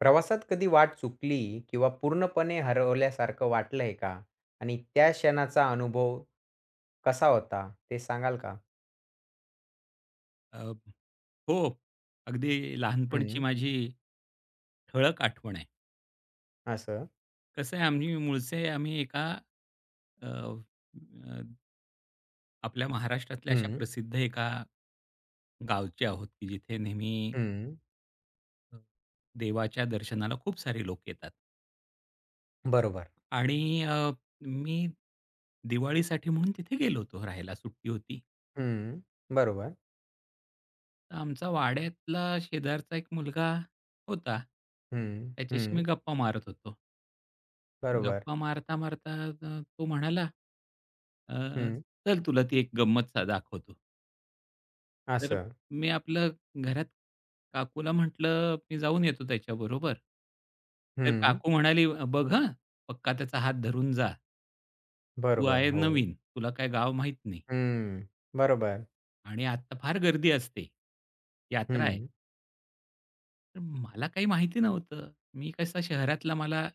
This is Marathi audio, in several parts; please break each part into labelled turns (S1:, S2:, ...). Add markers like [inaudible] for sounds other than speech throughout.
S1: प्रवासात कधी वाट चुकली किंवा पूर्णपणे हरवल्यासारखं वाटलंय का? आणि त्या क्षणाचा अनुभव कसा होता ते सांगाल का?
S2: अ, हो. अगदी लहानपणची
S1: हं,
S2: माझी ठळक आठवण आहे.
S1: असं.
S2: कसं आहे, आम्ही मूळचे, आम्ही एका अ, अ, आपल्या महाराष्ट्रातल्या अशा
S1: हं,
S2: प्रसिद्ध एका गावचे आहोत, की जिथे नेहमी
S1: हं.
S2: अ, देवाच्या दर्शनाला खूप सारे लोक येतात.
S1: बरोबर.
S2: आणि मी दिवाळीसाठी म्हणून तिथे गेलो होतो राहायला, सुट्टी होती.
S1: हं, बरोबर.
S2: तर आमचा वाड्यातला शेजारचा एक मुलगा होता.
S1: हं,
S2: त्याच्याशी मी
S1: हं.
S2: गप्पा मारत होतो.
S1: बरोबर.
S2: गप्पा मारता-मारता तो म्हणाला, "अ,
S1: हं,
S2: "चल तुला ती एक गंमत सा दाखवतो." तर
S1: असं.
S2: मी आपलं घरात काकूला म्हटलं, "मी जाऊन येतो त्याच्याबरोबर." तर
S1: हं,
S2: काकू म्हणाली, "बघ हं, पक्का त्याचा हात धरून जा. तू
S1: बरोबर.
S2: आहे
S1: हो.
S2: नवीन, तुला काय गाव माहीत नाही
S1: हं, बरोबर.
S2: आणि आत्ता फार गर्दी असते. यात्रा आहे."
S1: हं,
S2: तर मला काही माहिती नव्हतं. मी कसा शहरातला, मला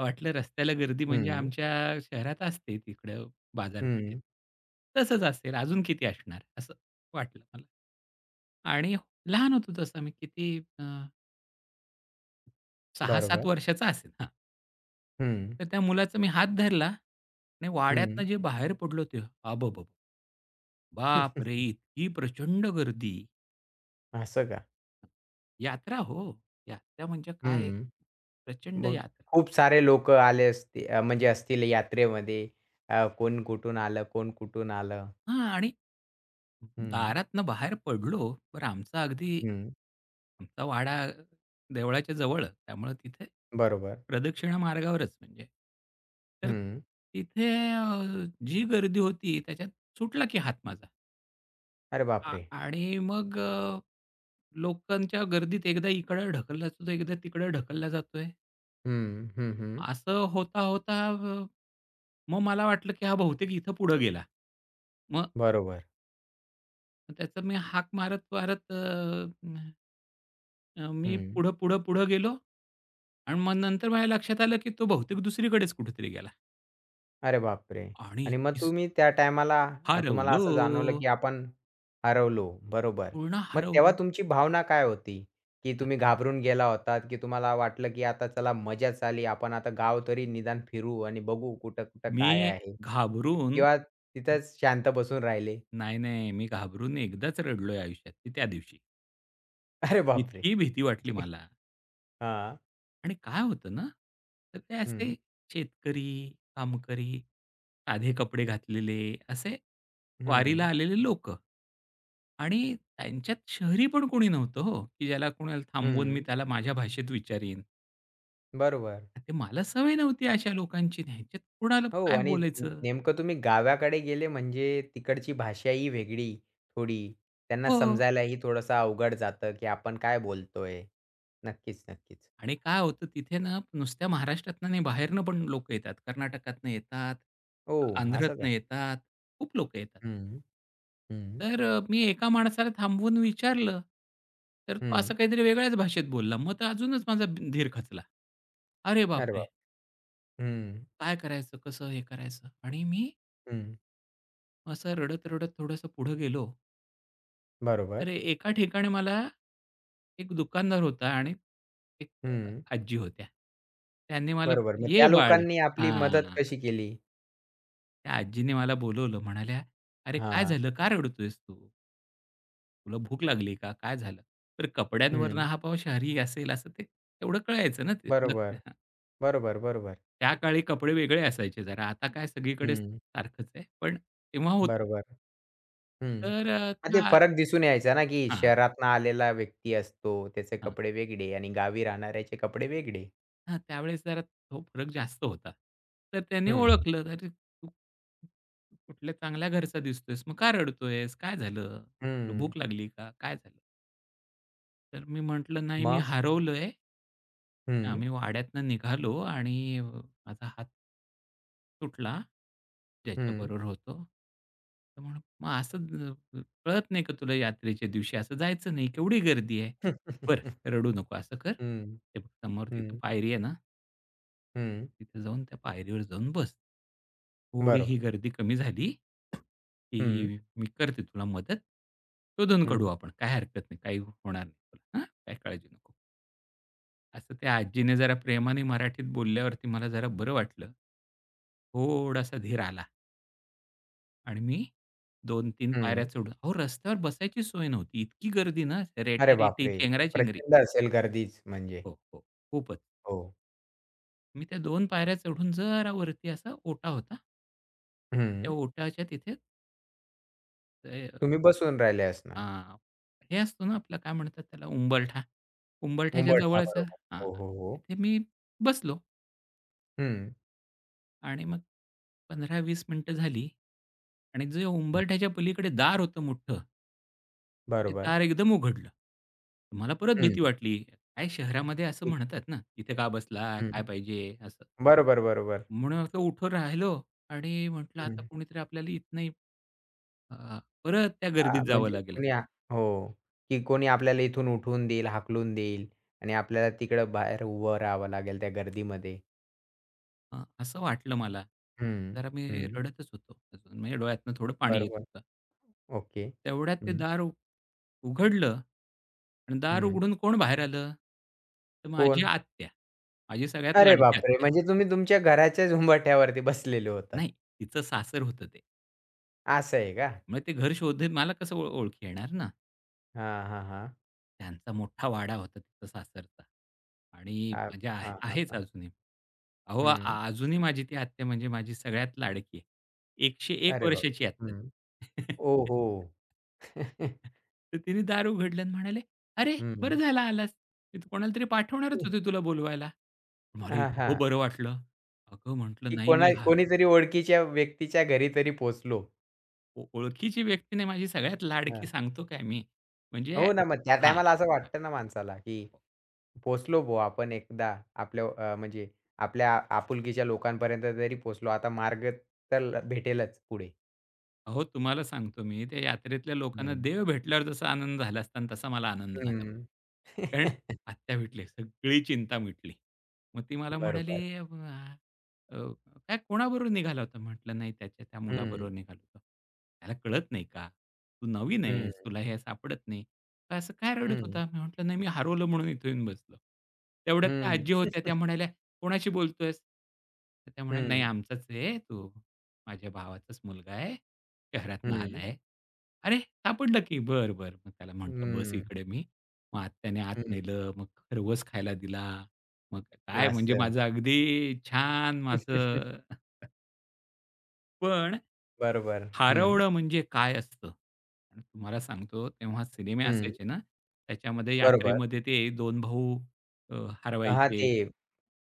S2: वाटलं रस्त्याला गर्दी म्हणजे
S1: हं,
S2: आमच्या शहरात असते तिकडं बाजारपेठेत.
S1: हं.
S2: तसंच असेल, अजून किती असणार असं वाटलं मला. आणि लहान होतो तसं मी किती अ, 6-7
S1: बरोबर.
S2: वर्षाचा असेन. हां.
S1: हं,
S2: तर त्या मुलाचा मी हात धरला आणि वाड्यातनं
S1: हं.
S2: जे बाहेर पडलो ते अबाबाबा! बापरे!
S1: [laughs]
S2: इतकी प्रचंड गर्दी.
S1: असं का?
S2: यात्रा हो. यात्रा म्हणजे काय,
S1: हं.
S2: प्रचंड
S1: मग
S2: यात्रा.
S1: खूप सारे लोक आले असती म्हणजे असतील यात्रेमध्ये. कोण कुठून आलं, कोण कुठून आलं.
S2: हां. आणि
S1: हं,
S2: दारातनं बाहेर पडलो, बरं आमचा अगदी
S1: हं.
S2: आमचा वाडा देवळाच्या जवळ, त्यामुळं तिथे
S1: बरोबर.
S2: प्रदक्षिणा मार्गावरच म्हणजे. तर
S1: हं.
S2: तिथे जी गर्दी होती त्याच्यात सुटला की हात माझा.
S1: अरे
S2: आ
S1: बापरे!
S2: आणि मग लोकांच्या गर्दीत एकदा इकडं ढकलला जातो, एकदा तिकडं ढकलला जातोय.
S1: हं, हं, हं.
S2: असं होता, होता, मग मला वाटलं की हा बहुतेक इथं पुढे गेला. मग
S1: बरोबर.
S2: त्याचा मी हाक मारत, मारत, मी
S1: हं.
S2: पुढं, पुढं, पुढं गेलो आणि मग नंतर माझ्या लक्षात आलं, की तो बहुतेक दुसरीकडेच कुठेतरी गेला
S1: अरे बापरे!
S2: आणि
S1: आणि मग तुम्ही त्या टायमाला तुम्हाला
S2: हरवलो,
S1: असं जाणवलं, की आपण हरवलो, बरोबर.
S2: पूर्ण
S1: मग तेव्हा
S2: हरवलो.
S1: तुमची भावना काय होती? की तुम्ही घाबरून गेला होतात, की तुम्हाला वाटलं, की आता चला मजाच आली. आपण आता गाव तरी निदान फिरू आणि बघू कुठं-कुठं
S2: मी
S1: काय आहे?
S2: घाबरून
S1: किंवा तिथेच शांत बसून राहिले?
S2: नाही, नाही, मी घाबरून एकदाच रडलोय आयुष्यात, ते त्या दिवशी.
S1: [laughs] अरे बापरे!
S2: इतकी भीती वाटली मला.
S1: हां.
S2: आणि काय होतं ना, तर ते असे
S1: हं,
S2: शेतकरी, कामकरी, साधे कपडे घातलेले असे वारीला
S1: हं,
S2: आलेले लोक, आणि त्यांच्यात शहरी पण कोणी नव्हतं हो, की ज्याला कोणाला थांबवून मी
S1: हं.
S2: त्याला माझ्या भाषेत विचारीन.
S1: बरोबर.
S2: ते, मला सवय नव्हती अशा लोकांची. ह्यांच्यात कोणाला
S1: हो
S2: काय
S1: आणि
S2: बोलायचं?
S1: नेमकं तुम्ही गावाकडे गेले म्हणजे तिकडची भाषाही वेगळी थोडी. त्यांना
S2: हो.
S1: समजायलाही थोडंसं अवघड जातं, की आपण काय बोलतोय. नक्कीच, नक्कीच.
S2: आणि काय होतं तिथे ना, नुसत्या महाराष्ट्रातनं नाही, बाहेरनं पण लोकं येतात. कर्नाटकातनं येतात,
S1: हो, असं का?
S2: आंध्रातनं येतात, खूप लोकं येतात.
S1: हं, हं,
S2: तर मी एका माणसाला थांबवून विचारलं, तर तो
S1: हं.
S2: असं काहीतरी वेगळ्याच भाषेत बोलला. मग तर अजूनच माझा धीर खचला. अरे
S1: अरे
S2: बापरे!
S1: बाप! हं,
S2: काय करायचं? कसं हे करायचं? आणि मी
S1: हं.
S2: असं रडत-रडत थोडंसं पुढे गेलो. तर
S1: बरोबर.
S2: एका ठिकाणी मला एक दुकानदार होता आणि एक
S1: हं,
S2: आजी होत्या. त्यांनी मला,
S1: बरोबर. मग
S2: "ये
S1: त्या
S2: बाळे."
S1: लोकांनी आपली मदत
S2: हां.
S1: कशी केली?
S2: त्या आजीने मला बोलवलं. म्हणाल्या, "अरे, काय
S1: हां.
S2: झालं? का रडतोयस तू? तुला भूक लागली का? काय झालं?" तर कपड्यांवरनं
S1: हं.
S2: हा पाव शहरी असेल असं ते तेवढं कळायचं ना ते.
S1: बरोबर, बरोबर, बरोबर.
S2: त्या काळी कपडे वेगळे असायचे जरा. आता काय, सगळीकडे
S1: हं,
S2: सारखंच आहे. पण तेव्हा होतं.
S1: बरोबर. हं.
S2: तर अ,
S1: मग ते
S2: त्या
S1: फरक दिसून यायचा ना, की
S2: हां,
S1: शहरातनं आलेला व्यक्ती असतो, त्याचे
S2: हां.
S1: कपडे वेगळे आणि गावी राहणाऱ्याचे कपडे वेगळे.
S2: हां, त्यावेळेस जरा तो फरक जास्त होता. तर त्याने
S1: हं,
S2: ओळखलं, "अरे, तू कुठल्या चांगल्या घरचा दिसतोयस, मग का रडतोयस? काय झालं? तुला
S1: हं.
S2: भूक लागली का? काय झालं?" तर मी म्हटलं, "नाही, मी
S1: मग?
S2: हरवलोय.
S1: हं,
S2: आम्ही वाड्यातनं निघालो आणि माझा हात तुटला.
S1: हं,
S2: ज्याच्याबरोबर होतो." तर म्हणून, "मग असं कळत नाही का तुला, यात्रेच्या दिवशी असं जायचं नाही, केवढी गर्दी आहे.
S1: हं,
S2: बरं, रडू नको, असं कर.
S1: हं,
S2: हे बघ समोर तिथे
S1: हं,
S2: पायरी आहे ना,
S1: हं.
S2: तिथे जाऊन त्या पायरीवर जाऊन बस. थोडी
S1: बरोबर.
S2: ही गर्दी कमी झाली,
S1: हं,
S2: की मी करते तुला मदत. शोधून काढू
S1: हं,
S2: आपण. काही हरकत नाही, काही होणार नाही तुला. हां, काही काळजी नको." असं त्या आजीने जरा प्रेमाने मराठीत बोलल्यावरती मला जरा बरं वाटलं. थोडासा धीर आला आणि मी 2-3 पायऱ्या
S1: हं.
S2: चढून, अहो, रस्त्यावर बसायची सोय नव्हती. इतकी गर्दी ना,
S1: अरे
S2: रेटारेटी,
S1: बापरे!
S2: चेंगराचेंगरी.
S1: प्रचंड असेल गर्दीच म्हणजे.
S2: हो, हो, खूपच.
S1: हो.
S2: मी त्या 2 पायऱ्या चढून जरा वरती, असा ओटा होता. त्या
S1: हं.
S2: ओट्याच्या तिथे ते
S1: तुम्ही बसून राहिले
S2: अ,
S1: असणार.
S2: हे असतो ना आपला, काय म्हणतात त्याला, उंबरठा. उंबरठ्याच्या
S1: उंबरठा
S2: जवळच
S1: बरोबर.
S2: हां,
S1: हो, हो, हो.
S2: तिथे मी बसलो
S1: हं,
S2: आणि मग 15-20 मिनिटं झाली आणि जे
S1: हं.
S2: उंबरठ्याच्या पलीकडे दार होतं मोठं, ते
S1: बरोबर.
S2: दार एकदम उघडलं. मला परत भीती
S1: हं.
S2: वाटली. काय शहरामध्ये असं
S1: एक
S2: म्हणतात ना, "इथे का बसला? काय
S1: हं.
S2: पाहिजे?" असं.
S1: बरोबर, बरोबर.
S2: म्हणून म्हटलं, उठून राहिलो आणि म्हटलं आता
S1: हं.
S2: कोणीतरी आपल्याला इथनं अ, परत त्या
S1: हां,
S2: गर्दीत जावं
S1: म्हणजे
S2: लागेल.
S1: कोणी हो, की कोणी आपल्याला इथून उठवून देईल, हाकलून देईल आणि आपल्याला तिकडं बाहेर उभं राहावं लागेल त्या गर्दीमध्ये.
S2: असं वाटलं मला.
S1: हं,
S2: जरा मी
S1: हं.
S2: रडतच होतो अजून, म्हणजे डोळ्यातनं थोडं पाणी येत
S1: बरोबर.
S2: होतं.
S1: ओके.
S2: तेवढ्यात ते
S1: हं,
S2: दार उघडलं आणि दार
S1: हं.
S2: उघडून कोण बाहेर आलं? तर माझी
S1: कोण?
S2: आत्या. माझी सगळ्यात
S1: अरे
S2: लाडकी
S1: बापरे!
S2: आत्या.
S1: म्हणजे तुम्ही तुमच्या घराच्याच उंबाठ्यावरती बसलेले होतात.
S2: नाही, तिचं सासर होतं ते.
S1: असं आहे का?
S2: मग ते घर शोधेल मला कसं, ओळखी येणार ना.
S1: हां, हां, हां.
S2: त्यांचा मोठा वाडा होता तिथं सासरचा आणि
S1: हां,
S2: म्हणजे आहे
S1: हां, हां,
S2: आहेच
S1: हां.
S2: अजूनही. अहो, आ
S1: हं.
S2: आ- अजूनही माझी ती आत्या म्हणजे माझी सगळ्यात लाडकी आहे. 101
S1: अरे बाप!
S2: वर्षाची आत्ता
S1: हं.
S2: ती. [laughs]
S1: ओहो! [laughs]
S2: तर तिने दार उघडलं आणि म्हणाले, "अरे, बरं
S1: हं.
S2: झालं आलास. मी तर कोणाला तरी पाठवणारच होते तुला बोलवायला." मला
S1: हां,
S2: इतकं
S1: हां. [laughs]
S2: बरं वाटलं. अगं, म्हटलं
S1: की
S2: नाही मी,
S1: कोणा
S2: हा
S1: कोणीतरी ओळखीच्या व्यक्तीच्या घरी तरी पोहोचलो.
S2: ओ ओळखीची व्यक्ती नाही, माझी सगळ्यात लाडकी,
S1: हां.
S2: सांगतो काय मी. म्हणजे
S1: हो ना, मग त्या
S2: हां.
S1: टायमाला असं वाटतं ना माणसाला, की पोहोचलो बुवा आपण एकदा आपल्या म्हणजे आपल्या आपुलकीच्या लोकांपर्यंत तरी पोहोचलो. आता मार्ग तर भेटेलच पुढे.
S2: अहो, तुम्हाला सांगतो मी, त्या यात्रेतल्या लोकांना
S1: हं,
S2: देव भेटल्यावर जसा आनंद झाला असता ना, तसा मला आनंद झाला.
S1: हं.
S2: कारण
S1: [laughs]
S2: आत्या भेटले, सगळी चिंता मिटली. मग ती मला म्हणाली,
S1: बरोबर.
S2: "अ, अ, काय, कोणाबरोबर निघाला होता?" म्हटलं, "नाही, त्याच्या त्या
S1: हं,
S2: मुलाबरोबर निघालो होतो." "त्याला कळत नाही का? तू नवीन
S1: हं,
S2: आहेस, तुला हे सापडत नाही. का असं काय रडत
S1: हं,
S2: होता?" मी म्हटलं, "नाही, मी हरवलं म्हणून इथे येऊन बसलो." तेवढ्यात त्या
S1: हं,
S2: आजी होत्या, त्या म्हणाल्या, "कोणाशी बोलतोयस?" तर त्या म्हणाल्या, "नाही,
S1: हं,
S2: आमचाच आहे तू. माझ्या भावाचाच मुलगा आहे, शहरातनं आला
S1: हं,
S2: आहे." "अरे, सापडलं की." मग त्याला म्हटलं, "बस
S1: हं,
S2: इकडे मी." मग आत्याने आत
S1: हं.
S2: नेलं, मग खरवस खायला दिला. मग काय, म्हणजे
S1: असं.
S2: माझं अगदी छान.
S1: [laughs]
S2: माझं पण
S1: बरोबर. हं,
S2: हरवणं म्हणजे काय असतं? आणि तुम्हाला सांगतो, तेव्हा सिनेमे
S1: हं.
S2: असायचे ना, त्याच्यामध्ये
S1: बरोबर.
S2: यात्रेमध्ये ते 2 भाऊ अ,
S1: हां,
S2: हरवायचे.
S1: ते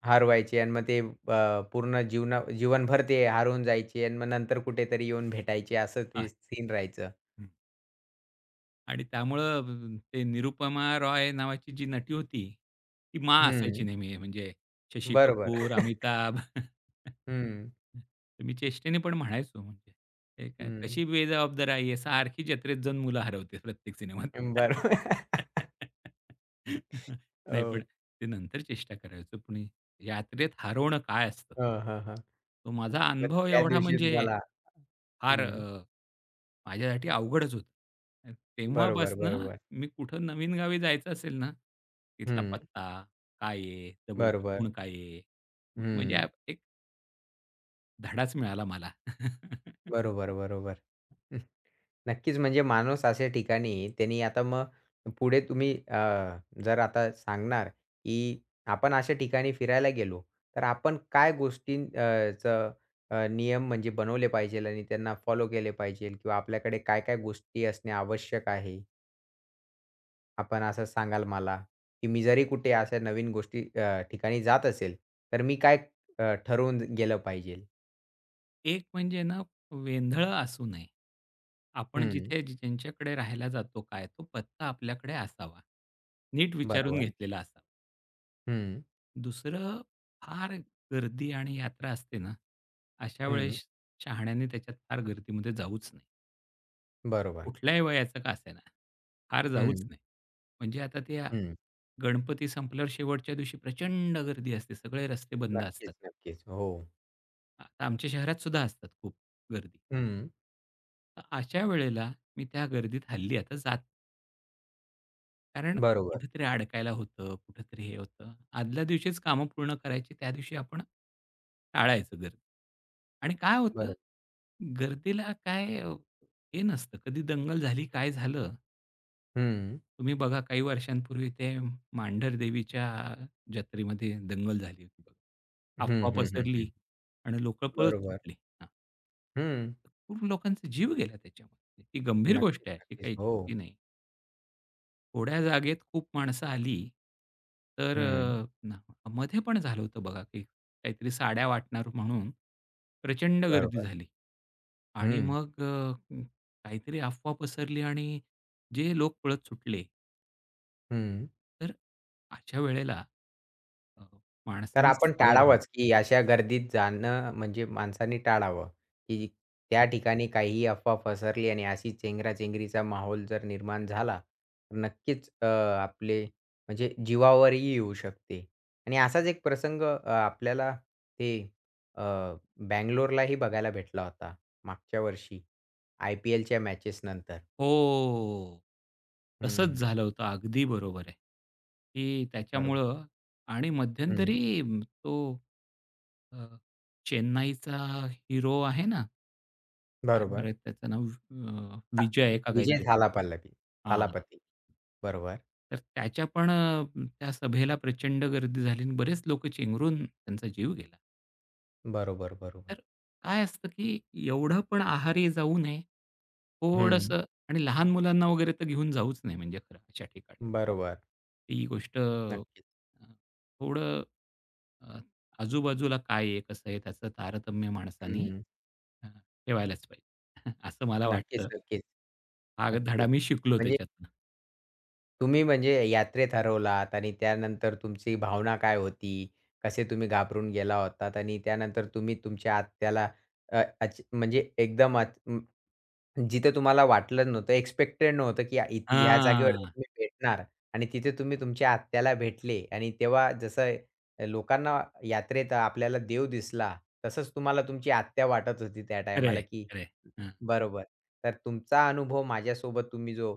S1: हरवायचे आणि मग ते पूर्ण जीवनभर ते हरवून जायचे आणि मग नंतर कुठेतरी येऊन भेटायचे असं ते
S2: हां.
S1: सीन राहायचं.
S2: आणि त्यामुळं ते, निरुपमा रॉय नावाची जी नटी होती, ती "मा" असायची
S1: हं,
S2: नेहमी, म्हणजे शशी
S1: बरोबर.
S2: कपूर, अमिताभ. [laughs]
S1: हं,
S2: तर मी चेष्टेने पण म्हणायचो, म्हणजे हे काय, कशी
S1: हं.
S2: बेजबाबदार आई आहे, सारखी जत्रेत जाऊन मुलं हरवते प्रत्येक सिनेमात.
S1: बरोबर. [laughs]
S2: [laughs] नाही, पण
S1: हो.
S2: ते नंतर चेष्टा करायचो, पण यात्रेत हरवणं काय असतं?
S1: हां, हां, हां.
S2: तो माझा
S1: मग
S2: अनुभव
S1: त्या
S2: एवढा
S1: दिवशी
S2: म्हणजे
S1: तुम्हाला
S2: फार
S1: हं.
S2: माझ्यासाठी अवघडच होतं.
S1: बरोबर,
S2: तेव्हापासनं
S1: बरोबर.
S2: मी कुठं नवीन गावी जायचं असेल ना, तिथला
S1: हं,
S2: पत्ता काय आहे, जवळची
S1: बरोबर.
S2: कोण काय आहे, म्हणजे
S1: हं.
S2: एक धडाच मिळाला मला. [laughs]
S1: बरोबर, बरोबर. हं, नक्कीच म्हणजे माणूस अशा ठिकाणी त्यांनी आता मग पुढे तुम्ही जर आता सांगणार, की आपण अशा ठिकाणी फिरायला गेलो, तर आपण काय गोष्टी नियम म्हणजे बनवले पाहिजेल आणि त्यांना फॉलो केले पाहिजेल किंवा आपल्याकडे काय-काय गोष्टी असणे आवश्यक आहे? आपण असं सांगाल मला, की मी जरी कुठे अशा नवीन ठिकाणी जात असेल, तर मी काय ठरवून गेलं पाहिजे?
S2: एक म्हणजे ना, वेंधळं असू नये. आपण
S1: हं,
S2: जिथे ज्यांच्याकडे राहायला जातो काय, तो पत्ता आपल्याकडे असावा. नीट विचारून
S1: बरोबर.
S2: घेतलेला असावा.
S1: हं,
S2: दुसरं, फार गर्दी आणि यात्रा असते ना, अशा
S1: हं,
S2: वेळेस शहाण्याने त्याच्यात, फार गर्दीमध्ये, जाऊच,
S1: बरोबर.
S2: कुठल्याही वयाचा का असेना, फार जाऊच
S1: हं,
S2: नाही. म्हणजे आता ते
S1: हं.
S2: गणपती संपल्यावर शेवटच्या दिवशी प्रचंड गर्दी असते. सगळे रस्ते बंद
S1: नक्कीच,
S2: असतात.
S1: नक्कीच. हो.
S2: आता आमच्या शहरात सुद्धा असतात खूप गर्दी.
S1: हं,
S2: तर अशा वेळेला मी त्या गर्दीत हल्ली आता जात, कारण
S1: बरोबर,
S2: कुठेतरी अडकायला होतं, कुठेतरी हे होतं. आदल्या दिवशीच कामं पूर्ण करायची, त्या दिवशी आपण टाळायचं गर्दी. आणि काय होतं,
S1: बरोबर.
S2: गर्दीला काय हे नसतं. कधी दंगल झाली, काय झालं,
S1: हं,
S2: तुम्ही बघा काही वर्षांपूर्वी ते मांढर देवीच्या जत्रेमध्ये दंगल झाली होती बघा.
S1: हं,
S2: अफवा
S1: हं, हं,
S2: पसरली
S1: हं.
S2: आणि लोकं पळत
S1: बरोबर.
S2: सुटली. हां,
S1: हं.
S2: खूप लोकांचा जीव गेला त्याच्यामध्ये. ती गंभीर
S1: नक्कीच,
S2: गोष्ट आहे, ही
S1: नक्कीच.
S2: काही
S1: हो.
S2: छोटी नाही. थोड्या जागेत खूप माणसं आली, तर
S1: हं,
S2: अ, ना मध्ये पण झालं होतं बघा, की काहीतरी साड्या वाटणार म्हणून प्रचंड गर्दी
S1: बरोबर.
S2: झाली. आणि
S1: हं,
S2: मग काहीतरी अफवा पसरली आणि जे लोक पळत सुटले.
S1: हं.
S2: तर अशा वेळेला अ,
S1: तर
S2: माणसाने
S1: आपण
S2: सावध राहावं.
S1: टाळावंच, की अशा गर्दीत जाणं म्हणजे माणसाने टाळावं, की त्या ठिकाणी काहीही अफवा पसरली आणि अशी चेंगराचेंगरीचा माहोल जर निर्माण झाला, तर नक्कीच आपले म्हणजे जीवावरही येऊ शकते. आणि असाच एक प्रसंग आपल्याला ते अ, बंगलोरलाही बघायला भेटला होता मागच्या वर्षी IPLच्या मॅचेसनंतर.
S2: हो, तसंच
S1: हं,
S2: झालं होतं. अगदी बरोबर आहे, की
S1: बरोबर.
S2: त्याच्यामुळं. आणि
S1: हं,
S2: मध्यंतरी तो अ, चेन्नईचा हिरो आहे ना, काय
S1: बरोबर.
S2: बरं त्याचं नाव,
S1: अ,
S2: विजय का
S1: विजय
S2: काहीतरी. हां,
S1: थालापती. बरोबर,
S2: तर त्याच्या पण त्या सभेला प्रचंड गर्दी झाली आणि बरेच लोकं चेंगरून त्यांचा जीव गेला.
S1: बरोबर, बरोबर.
S2: तर काय असतं, की एवढं पण आहारी जाऊ नये.
S1: हं.
S2: थोडंसं. आणि लहान मुलांना वगैरे तर घेऊन जाऊच नाही म्हणजे खरं, अशा ठिकाणी.
S1: बरोबर.
S2: ही गोष्ट,
S1: नक्कीच.
S2: थोडं अ, आजूबाजूला काय आहे, कसं आहे त्याचं तारतम्य माणसाने
S1: हं.
S2: अ, ठेवायलाच पाहिजे. [laughs] असं मला
S1: नक्कीच,
S2: वाटतं.
S1: नक्कीच,
S2: हा धडा
S1: नक्कीच.
S2: मी शिकलो
S1: म्हणजे
S2: त्याच्यातनं.
S1: तुम्ही म्हणजे यात्रेत हरवलात आणि त्यानंतर तुमची भावना काय होती? कसे तुम्ही घाबरून गेला होतात आणि त्यानंतर तुम्ही तुमच्या आत्याला अ, अच म्हणजे एकदम जिथे तुम्हाला वाटलं नव्हतं, एक्सपेक्टेड नव्हतं, की ह्या जागेवरती
S2: हां.
S1: तुम्ही भेटणार आणि तिथे तुम्ही तुमच्या आत्याला भेटले आणि तेव्हा जसं लोकांना यात्रेत आपल्याला देव दिसला, तसंच तुम्हाला तुमची आत्या वाटत होती त्या
S2: खरं
S1: टायमाला,
S2: आहे,
S1: की
S2: खरं.
S1: बरोबर. तर तुमचा अनुभव माझ्यासोबत तुम्ही जो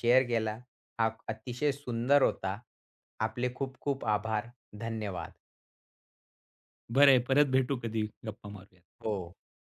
S1: शेअर केला हा अतिशय सुंदर होता. आपले खूप खूप आभार. धन्यवाद.
S2: बरं आहे, परत भेटू कधी, गप्पा मारूया.
S1: हो.